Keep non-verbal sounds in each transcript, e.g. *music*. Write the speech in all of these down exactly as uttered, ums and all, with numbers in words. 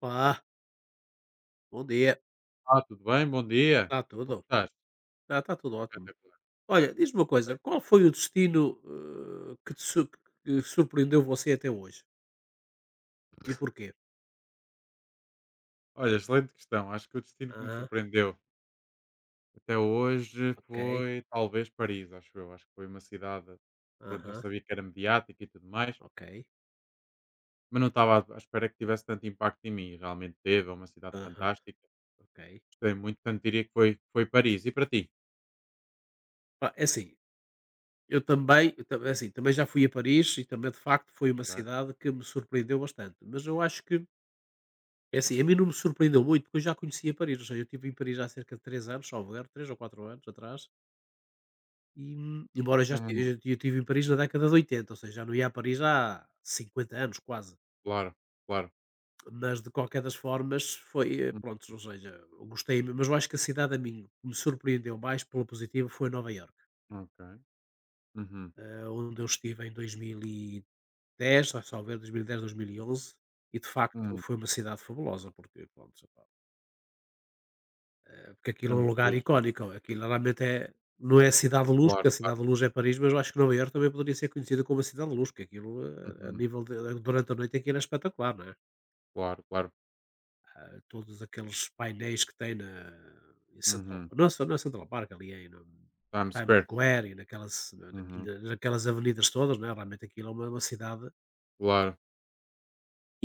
Olá, bom dia. Ah, tudo bem? Bom dia. Está Como tudo? estás? Está, está tudo ótimo. Espetacular. Olha, diz-me uma coisa, qual foi o destino eh, que, te su- que surpreendeu você até hoje? E porquê? Olha, excelente questão. Acho que o destino que me Aham, surpreendeu até hoje ok. foi talvez Paris, acho eu. Acho que foi uma cidade, pronto, já Aham, sabia que era mediática e tudo mais, ok. mas não estava à à espera que tivesse tanto impacto em mim. E realmente teve, é uma cidade Aham, fantástica. ok. Gostei muito, portanto diria que foi, foi, Paris. E para ti? Pá, é assim, eu também, eu tam- é assim, também já fui a Paris e também de facto foi uma Ok. cidade que me surpreendeu bastante. Mas eu acho que, é assim, a mim não me surpreendeu muito porque eu já conhecia Paris. Ou seja, eu estive em Paris há cerca de três anos, salvo erro, três ou quatro anos atrás. E, hum, embora eu já esti Hum, eu eu estive em Paris na década de oitenta, ou seja, já não ia a Paris há cinquenta anos quase, claro, claro. mas de qualquer das formas foi, eh, Hum, prontos, ou seja, eu gostei, mas eu acho que a cidade a mim que me surpreendeu mais pela positiva foi Nova Iorque, Ok. Uhum. eh, onde eu estive em dois mil e dez, salvo erro, dois mil e dez, dois mil e onze, e dez, dois mil e onze, e de facto Uhum. foi uma cidade fabulosa, porque pronto. Porque É aquilo é um muito lugar fixe, né? icónico, aquilo realmente é não é a Cidade de Luz, Claro, porque a claro. Cidade de Luz é Paris, mas eu acho que Nova Iorque também poderia ser conhecida como a Cidade de Luz, porque aquilo, eh, a Uhum. nível de eh, durante a noite aquilo é espetacular, não é? Claro, claro. Eh, todos aqueles painéis que tem na em Central Uhum. Park, não é Ce não é Central Park, ali é no Times Times Square. Square e naquelas Uhum. naquil naquelas avenidas todas, não é? Realmente aquilo é uma uma cidade Claro.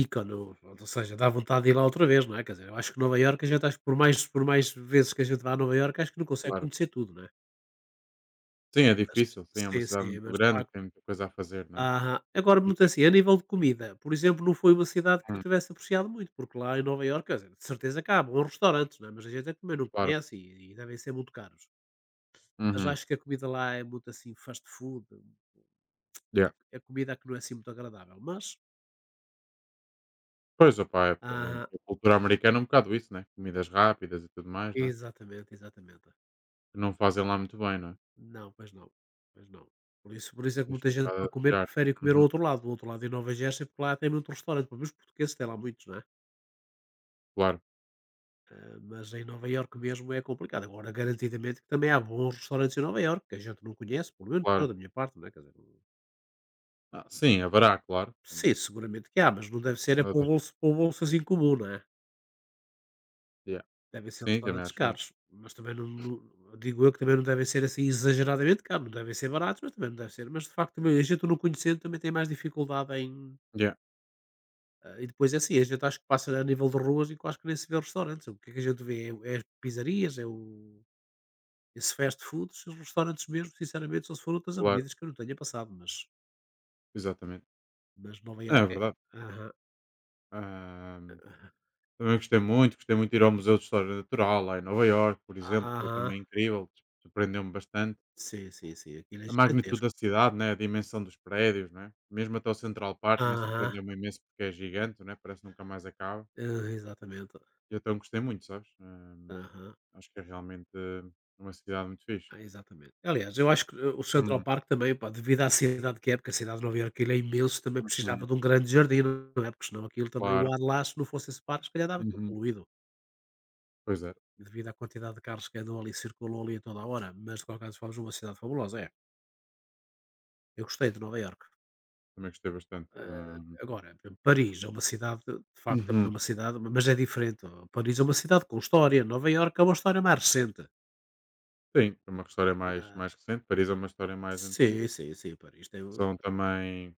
ícone, ou seja, dá vontade de ir lá outra vez, não é? Quer dizer, eu acho que Nova Iorque a gente acho que por mais por mais vezes que a gente vá a Nova Iorque, acho que não consegue Claro. conhecer tudo, não é? Sim, é Mas difícil, sim, é uma sim, cidade sim, muito mas de grande que facto tem muita coisa a fazer, não é? aham. Agora muito Fica assim, a difícil. nível de comida, por exemplo, não foi uma cidade que eu Hum, tivesse apreciado muito, porque lá em Nova Iorque, quer dizer, de certeza que há bons restaurantes, não é, mas a gente é que também não claro. conhece e e devem ser muito caros. Mas Uhum. acho que a comida lá é muito, assim, fast food, Yeah. é comida que não é, assim, muito agradável, mas Pois, opá, é, aham, é- a cultura americana é um bocado isso, né? Comidas rápidas e tudo mais, não é? exatamente, exatamente. Que não fazem lá muito bem, não é? Não, pois não, pois não. Por isso por isso Que é que deixa muita um gente bocado para a comer desejar. prefere comer ao Uhum. outro lado, do outro lado em Nova Jersey, porque lá tem muito restaurante, pelo menos os portugueses têm lá muitos, não é? Claro, Ah, mas em Nova Iorque mesmo é complicado. Agora, garantidamente, que também há bons restaurantes em Nova Iorque, que a gente não conhece, pelo menos eu, claro. da minha parte, não é? Quer dizer, não, Ah, sim, haverá, claro. sim, seguramente que há, mas não deve ser é Nada para o de- bolso, para o bolso assim comum, não é? Yeah. Devem ser Sim, também restaurantes acho que não. caros, mas também não, não, digo eu que também não devem ser assim exageradamente caros, não devem ser baratos, mas também não deve ser. Mas de facto, também, a gente não conhecendo também tem mais dificuldade em. Yeah, ah, E depois é assim, a gente acho que passa a nível de ruas e quase que nem se vê restaurantes. O que é que a gente vê? É, é as pizzarias, é o esses fast foods, os restaurantes mesmo, sinceramente, só se for outras claro, avenidas que eu não tenha passado, mas exatamente. mas Nova É Iorque é verdade. aham, Ahm, aham, também gostei muito, gostei muito de ir ao Museu de História Natural, lá em Nova Iorque, por exemplo, foi aham, também incrível, surpreendeu-me bastante. sim, sim, sim, aquilo é A magnitude gigantesco. da cidade, né? A dimensão dos prédios, né? Mesmo até o Central Park, né? Aham, Surpreendeu-me imenso porque é gigante, né? Parece que nunca mais acaba. hã, exatamente, E então gostei muito, sabes? Hum, aham, acho que é realmente eh, uma cidade muito fixe. ah, exatamente. Aliás, eu acho que eh, o Central Uhum, Park também, pá, devido à cidade que é, porque a cidade de Nova Iorque aquilo é imenso, também uhum, precisava de um grande jardim, não é, porque senão aquilo também o claro. ar lá, se não fosse esse parque, se calhar estava tudo Uhum. poluído, Pois é, devido à quantidade de carros que andam ali, circulam ali a toda a hora, mas de qualquer das é uma cidade fabulosa, é. Eu gostei de Nova Iorque. também gostei bastante. Eh, Hum, agora, por exemplo, Paris é uma cidade, de facto, é uhum. uma cidade, mas é diferente. Ó. Paris é uma cidade com história. Nova Iorque é uma história mais recente. Sim, é uma história mais, Ah, mais recente. Paris é uma história mais sim, antiga. sim, sim. Paris tem. o- São também.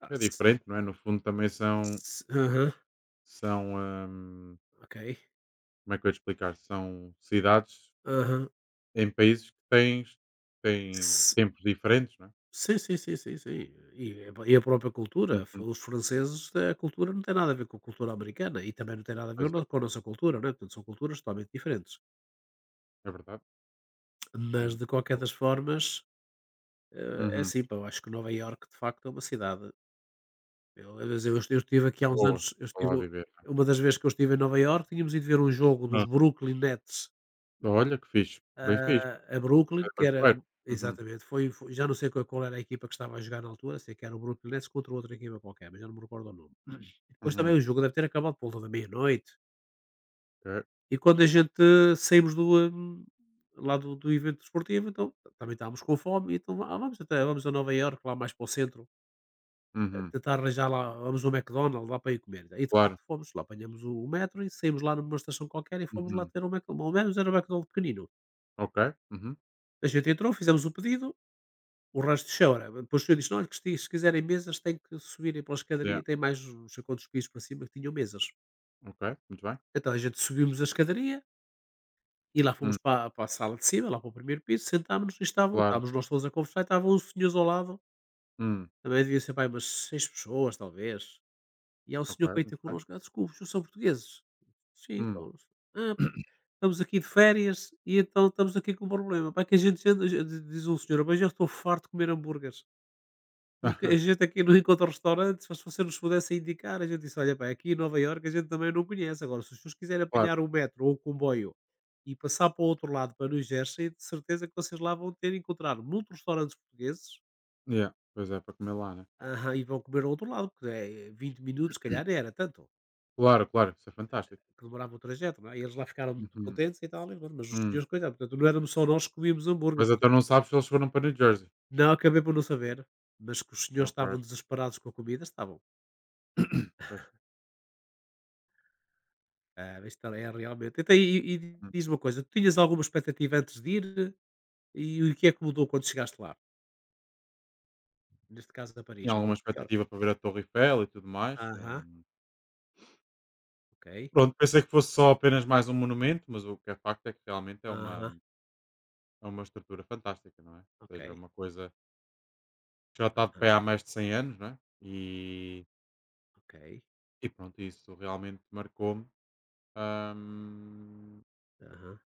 Ah, É s- diferente, não é? No fundo, também são. s- Aham, São hum, ok. como é que eu ia te explicar? São cidades Aham. em países que têm têm S- tempos diferentes, não é? Sim, sim, sim, sim, sim. E, a e a própria cultura, f- Uhum. os franceses, eh, a cultura não tem nada a ver com a cultura americana e também não tem nada a ver Pois é, no- com a nossa cultura, né? Portanto, são culturas totalmente diferentes. é verdade. Mas, Portanto. de qualquer das formas, eh, é Uhum. assim, pá, eu acho que Nova Iorque, de facto, é uma cidade. Eu, eu eu estive aqui há uns Boa, anos eu para estive lá viver, uma das vezes que eu estive em Nova Iorque, tínhamos ido ver um jogo não é? dos Hã. Brooklyn Nets, Olha que fixe, bem fixe, ah, a Brooklyn, era que bem era porreiro. Uhum, exatamente, foi foi já não sei qual qual era a equipa que estava a jogar na altura, sei que era o Brooklyn Nets contra outra equipa qualquer, mas já não me recordo o nome. Hum. E depois também uhum, o jogo deve ter acabado por volta da meia-noite, ok. e quando a gente eh, saímos do, hum, lá do do evento desportivo, então também estávamos com fome, então: "Ah, vamos até vamos a Nova Iorque, lá mais para o centro." Uhum, Tentar arranjar lá, vamos ao McDonald's, lá para ir comer. E de claro. facto fomos lá, apanhamos o o metro e saímos lá numa estação qualquer e fomos lá Uhum, ter um McDonald's. Ao menos era um McDonald's pequenino. ok. Uhum, A gente entrou, fizemos o pedido, o resto de chão. Depois o senhor disse: não, olha, que se se quiserem mesas, tem que subirem pela escadaria yeah, e tem mais uns quantos pisos para cima que tinham mesas. ok, muito bem. Então a gente subimos a escadaria e lá fomos Hum, para, para a sala de cima, lá para o primeiro piso, sentámos-nos e estavam, claro. estávamos nós todos a conversar e estavam os senhores ao lado. Hum, Também devia ser pai umas seis pessoas, talvez. E há um ok, senhor para ir ter muito bem. connosco: "Ah, desculpe, os são portugueses?" "Sim, Hum. somos." "Ah, pá, estamos aqui de férias e então estamos aqui com um problema. Pá, que a gente anda." Diz um senhor: "Mas eu estou farto de comer hambúrgueres, porque a *laughs* gente aqui não encontra restaurantes, mas se você nos pudesse indicar." A gente disse: "Olha, pá, aqui em Nova Iorque a gente também não conhece. Agora, se os senhores quiserem Claro, apanhar um metro ou o comboio e passar para o outro lado, para New Jersey, de certeza que vocês lá vão ter encontrar muitos restaurantes portugueses." yeah, pois é, para comer lá, né? Aham, "e vão comer ao outro lado", porque é vinte minutos, se calhar, era tanto. Claro, claro, isso é fantástico. Que demorava o trajeto, não é? E eles lá ficaram muito Uhum, contentes e tal, e pronto, mas os hum. senhores, coitados. Portanto, não éramos só nós que comíamos hambúrguer. Mas então Portanto, não sabes se eles foram para New Jersey? não acabei por não saber, mas que os senhores estavam Ok, desesperados com a comida, estavam. pois. Ah, isto é é realmente. Então, e, e Hum. diz uma coisa, tu tinhas alguma expectativa antes de ir? E o que é que mudou quando chegaste lá? Neste caso, a Paris Tinha ou a alguma Nova Iorque? expectativa para ver a Torre Eiffel e tudo mais. Aham, Hum. ok. Pronto, pensei que fosse só apenas mais um monumento, mas o que é facto é que realmente é uma, Aham, é uma estrutura fantástica, não é? Ou ok. seja, é uma coisa que já está de pé há Aham, mais de cem anos, não é? E, ok. e pronto, isso realmente marcou-me. hum, Aham.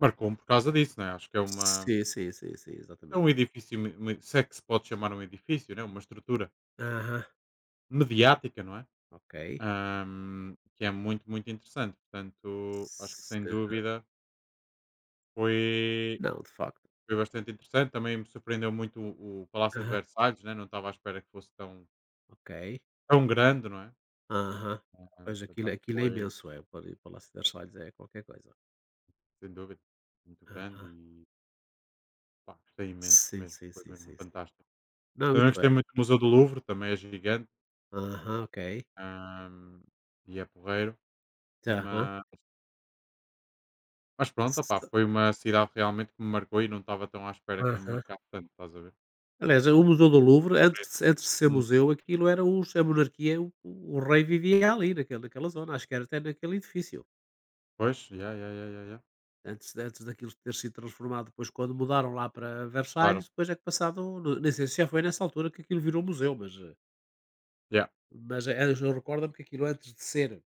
marcou-me por causa disso, não é? Acho que é uma. Sim, sim, sim, sim, É exatamente. um edifício, me- me- se é que se pode chamar um edifício, né? Uma estrutura Aham, mediática, não é? ok. Hum, que é muito, muito interessante. Portanto, acho que S- sem dúvida foi. Não, de facto. Foi bastante interessante, também me surpreendeu muito o o Palácio de Aham, Versalhes, né, não estava à espera que fosse tão, ok. tão grande, não é? Aham. Ah, Pois, portanto, aquilo acho que aquilo é foi, imenso, é, o Pal o Palácio das Salles é qualquer coisa. sem dúvida, muito grande Aham. e pá, gostei imenso Sim, mesmo, sim, foi sim, mesmo sim, sim. fantástico. Não, Também isso gostei é. muito do Museu do Louvre, também é gigante, Aham, ok. ah, e é porreiro, Aham. mas, mas pronto, S opá, foi uma cidade realmente que me marcou e não estava tão à espera que me aham. marcasse tanto, estás a ver? Aliás, o Museu do Louvre, antes de- antes de ser Hum. museu, aquilo era os a monarquia, o o rei vivia ali, naquele naquela zona, acho que era até naquele edifício. Pois, yeah, yeah, yeah, yeah, yeah. Antes de- antes daquilo ter sido transformado, depois quando mudaram lá para Claro, Versalhes, depois é que passado, n nem sei se já foi nessa altura que aquilo virou museu, mas eh, yeah. mas, eh, eu recordo-me que aquilo antes de ser.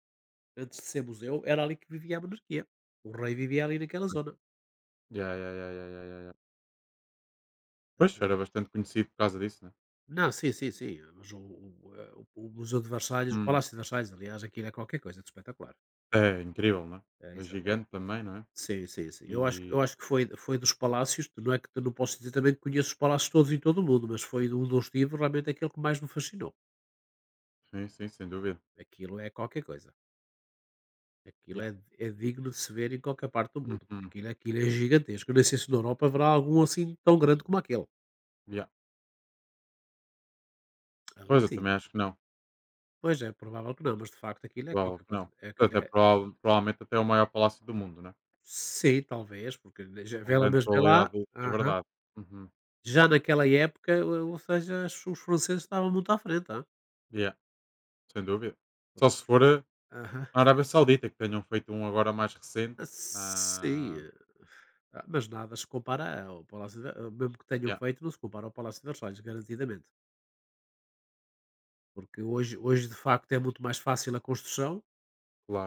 Antes de ser museu, era ali que vivia a monarquia. O rei vivia ali naquela zona. Yeah, yeah, yeah, yeah, yeah, yeah. Yeah. Pois, era bastante conhecido por causa disso, né? Não, sim, sim, sim. Mas o, o, eh, o- o Museu de Versalhes, o Hum, Palácio de Versalhes, aliás, aquilo é qualquer coisa de espetacular. é incrível, não é? É, É exatamente. gigante também, não é? Sim, sim, sim. Eu acho, que- E eu acho que foi, foi dos palácios, não é que eu não posso dizer também que conheço os palácios todos em todo o mundo, mas foi um dos livros realmente aquele que mais me fascinou. sim, sim, sem dúvida. Aquilo é qualquer coisa. Aquilo Yeah. é, é digno de se ver em qualquer parte do mundo. Porque Uhum, aquilo, aquilo é gigantesco. Eu nem sei se na Europa haverá algum assim tão grande como aquele. yeah. Ali Pois, eu sim. também acho que não. Pois é, provável que não, mas de facto aquilo é Provável qualquer que coisa. não. É, Até é prova provavelmente até o maior palácio do mundo, né? sim, talvez, porque já Com vê lá, grande mas vê lá, probabilidade de ser aham, verdade. Uhum, já naquela época, ou ou seja, os os franceses estavam muito à frente. hã, yeah, sem dúvida. Só porque se for eh, aham, a Arábia Saudita, que tenham feito um agora mais recente. ah, sim, Ah, eh, ah, mas nada se compara ao Palácio de Ver mesmo que tenham yeah, feito, não se compara ao Palácio de Versalhes, garantidamente, porque hoje hoje de facto é muito mais fácil a construção,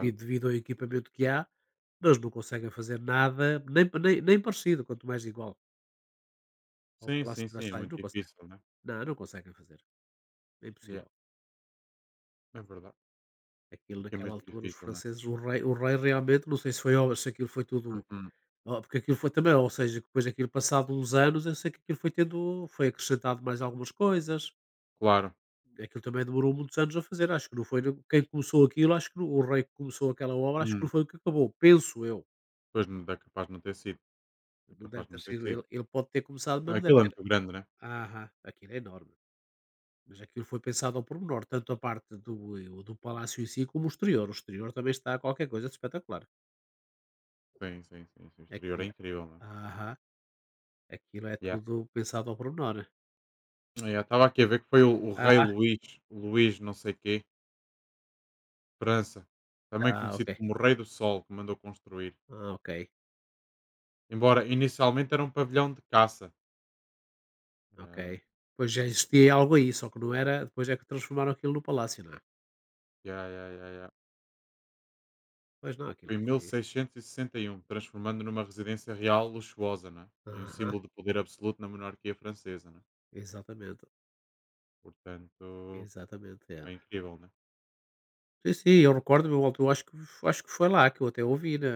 e devido ao equipamento que há, eles não conseguem fazer nada, nem nem nem parecido, quanto mais igual ao Sim, Palácio sim, de sim, é Versalhes, muito não conseguem. difícil, né? Não, não conseguem fazer, é Yeah, impossível. é verdade. Aquilo Fica naquela mesmo altura, os difícil, né? franceses, o rei o rei realmente não sei se foi obra, se aquilo foi tudo. Uhum, Oh, porque aquilo foi também, ou seja, depois daquilo, passado uns anos, eu sei que aquilo foi tendo, foi acrescentado mais algumas coisas. claro. Aquilo também demorou muitos anos a fazer. Acho que não foi quem começou aquilo, acho que não- o rei que começou aquela obra, acho que não Hum, foi o que acabou, penso eu. pois, não é capaz de não ter sido. É Não capaz deve de ter não ter sido sido. ele ele pode ter começado, mas Não, não deve aquilo é ter. muito grande, né? Aham, aquilo é enorme. Mas aquilo foi pensado ao pormenor, tanto a parte do, eh, do palácio em si, como o exterior. O exterior também está qualquer coisa de espetacular. Sim, sim, sim, sim. O exterior é Aquilo incrível, né? aham, aquilo é Yeah. tudo pensado ao pormenor. Yeah, estava aqui a ver que foi o, o rei Ah, Luís, Luís não sei quê, França, também ah, ok. conhecido como o Rei do Sol, que mandou construir. Ah, ok, Embora inicialmente era um pavilhão de caça. ok. Ah, Pois já existia algo aí, só que não era. Depois é que transformaram aquilo no palácio, não é? yeah, yeah, yeah, yeah. Pois não, aquilo Foi em mil foi seiscentos e sessenta e um transformando numa residência real luxuosa, né? E um aham, símbolo de poder absoluto na monarquia francesa, né? exatamente, Portanto, exatamente, é. bem incrível, né? Sim, sim, eu recordo-me, eu altu acho que acho que foi lá que eu até ouvi, né,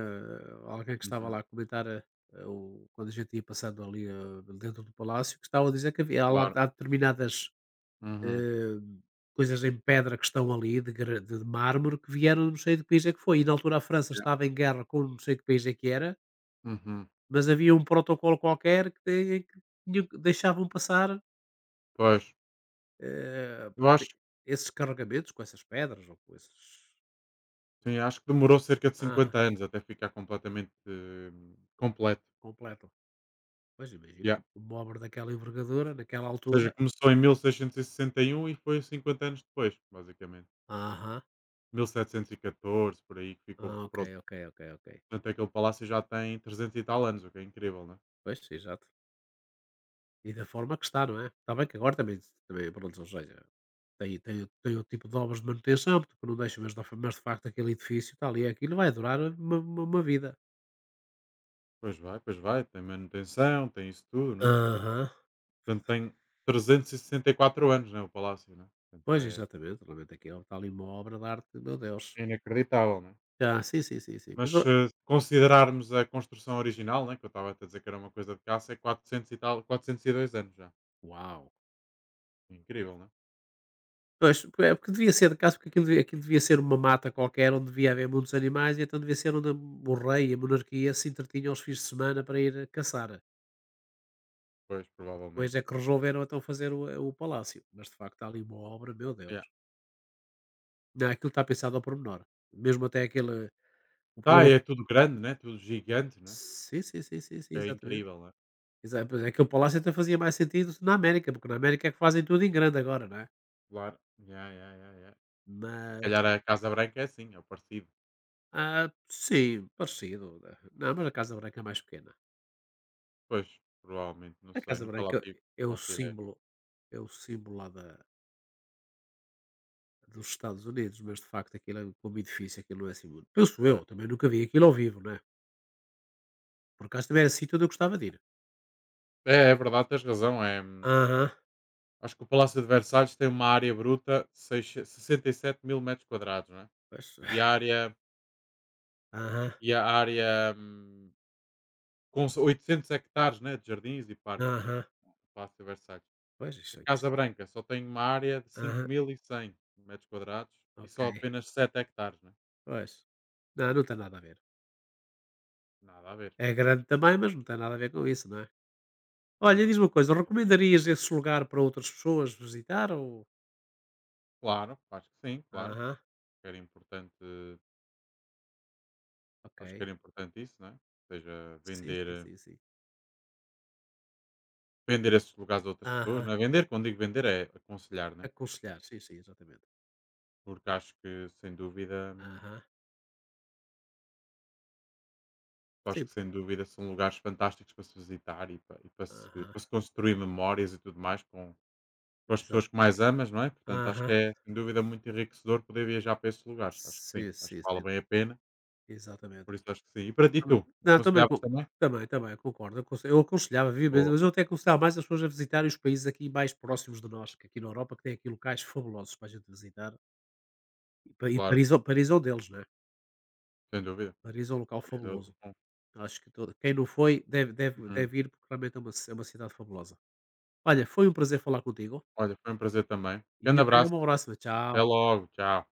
alguém que estava Uhum, lá a comentar, eh, eh, o quando a gente ia passando ali, eh, dentro do palácio, que estavam a dizer que havia lá, claro. há determinadas, Uhum, eh, coisas em pedra que estão ali, de gra de mármore, que vieram não sei de que país é que foi, e na altura a França yeah, estava em guerra com não sei que país é que era, uhum. mas havia um protocolo qualquer que tem que tinham que, deixavam passar, Pois, eh, eu acho. esses carregamentos com essas pedras ou com esses. Sim, acho que demorou cerca de Aham. cinquenta anos até ficar completamente eh, completo. Completo. Pois, imagino, Yeah. uma obra daquela envergadura, naquela Ou seja, altura. começou em mil seiscentos e sessenta e um, e sessenta e e um, e foi cinquenta anos depois, basicamente. Aham. Mil setecentos e catorze, por aí, que ficou Ah, ok, pronto. ok, ok, ok. Portanto, aquele palácio já tem trezentos e tal anos, o que é incrível, né? Pois, exato. E da forma que está, não é? Está bem que agora também, também pronto, ou seja, tem, tem, tem o tipo de obras de manutenção, porque não deixa, mas, da fa- mas de facto aquele edifício está ali, aquilo vai durar uma, uma, uma vida. Pois vai, pois vai. Tem manutenção, tem isso tudo, não é? Aham. Portanto, tem trezentos e e sessenta e quatro anos, né? O palácio, né? Portanto, Pois, é exatamente, realmente aquilo está ali uma obra de arte, meu Deus. é inacreditável, né? Ah, sim, sim, sim, sim. Mas Mas, ó, eh, se considerarmos a construção original, né, que eu estava até a dizer que era uma coisa de caça, é quatrocentos e tal, quatrocentos e dois anos já. uau. É incrível, né? Pois, é porque devia ser de caso, porque aquilo devia aquilo devia ser uma mata qualquer onde devia haver muitos animais, e então devia ser onde o rei e a monarquia se entretinham aos fins de semana, para ir, eh, caçar. Pois, Pois provavelmente. é que resolveram então fazer o, eh, o palácio, mas de facto há ali uma obra, meu Deus. Yeah. Não, aquilo está pensado ao pormenor, mesmo até aquele, o Tá, problema, é tudo grande, né? Tudo gigante, né? sim, sim, sim, sim, sim, É exatamente. incrível, né? Exa Pois, é que o palácio até fazia mais sentido na América, porque na América é que fazem tudo em grande agora, não é? Claro. Yeah, yeah, yeah, yeah. Se Mas calhar a Casa Branca é assim, é o parecido. ah, sim, parecido. Não, mas a Casa Branca é mais pequena. Pois, provavelmente, não A sei, Casa nunca lá Branca tive, é o não faço ideia. símbolo, é o símbolo lá da, dos Estados Unidos, mas de facto aquilo é um edifício, aquilo não é assim muito. Penso Pois. eu, também nunca vi aquilo ao vivo, não é? Por acaso também era sítio onde eu gostava de ir. É, é verdade, tens razão. É, hum, Aham, acho que o Palácio de Versalhes tem uma área bruta de seis- sessenta e sete mil metros quadrados, né? pois, E a área, aham, e a área hum, com s oitocentos hectares, né, de jardins e parques, né, aham, Palácio de Versalhes. pois, A isso é Casa isto. Branca só tem uma área de Aham, cinco mil e cem metros quadrados e ok, só apenas sete hectares, né, pois. Não, não tem nada a ver. nada a ver. É grande também, mas não tem nada a ver com isso, não é? Olha, Sim, diz sim, uma coisa, sim. recomendarias esse lugar para outras pessoas visitar ou... Claro, acho que sim, claro. Aham, Era importante ok. acho que era importante isso, né. Ou seja, Sim, sim, vender sim, sim. vender esses lugares a outras pessoas, Aham, não é, vender, quando digo vender é aconselhar, né, aconselhar, sim, sim, exatamente. porque acho que sem dúvida. Ah, Acho sim, que sem dúvida são lugares fantásticos para se visitar e para, e para, se, para ah-ah, se construir memórias e tudo mais com, com as exato, pessoas que mais amas, não é? Portanto, acho que ah, é sem dúvida muito enriquecedor poder viajar para esses lugares. Acho que sim, sim, acho sim, que vale sim, bem a pena, exatamente. por isso acho que sim. E para ti, Também tu, não, também aconselhavas co também? também, também, concordo. Eu aconse eu aconselhava vivamente, Boa, mas eu até aconselhava mais as pessoas a visitarem os países aqui mais próximos de nós, que aqui na Europa que tem aqui locais fabulosos para a gente visitar, e Pa e claro, Paris é Paris é um deles, né, sem dúvida. Paris é um local Olha, outro fabuloso. ponto. Acho que todo quem não foi deve deve Uhum. deve ir, porque realmente é uma ci é uma cidade fabulosa. Olha, foi um prazer falar contigo, Olha, foi um prazer também. e Grande até abraço, uma próxima, até tchau. logo, tchau.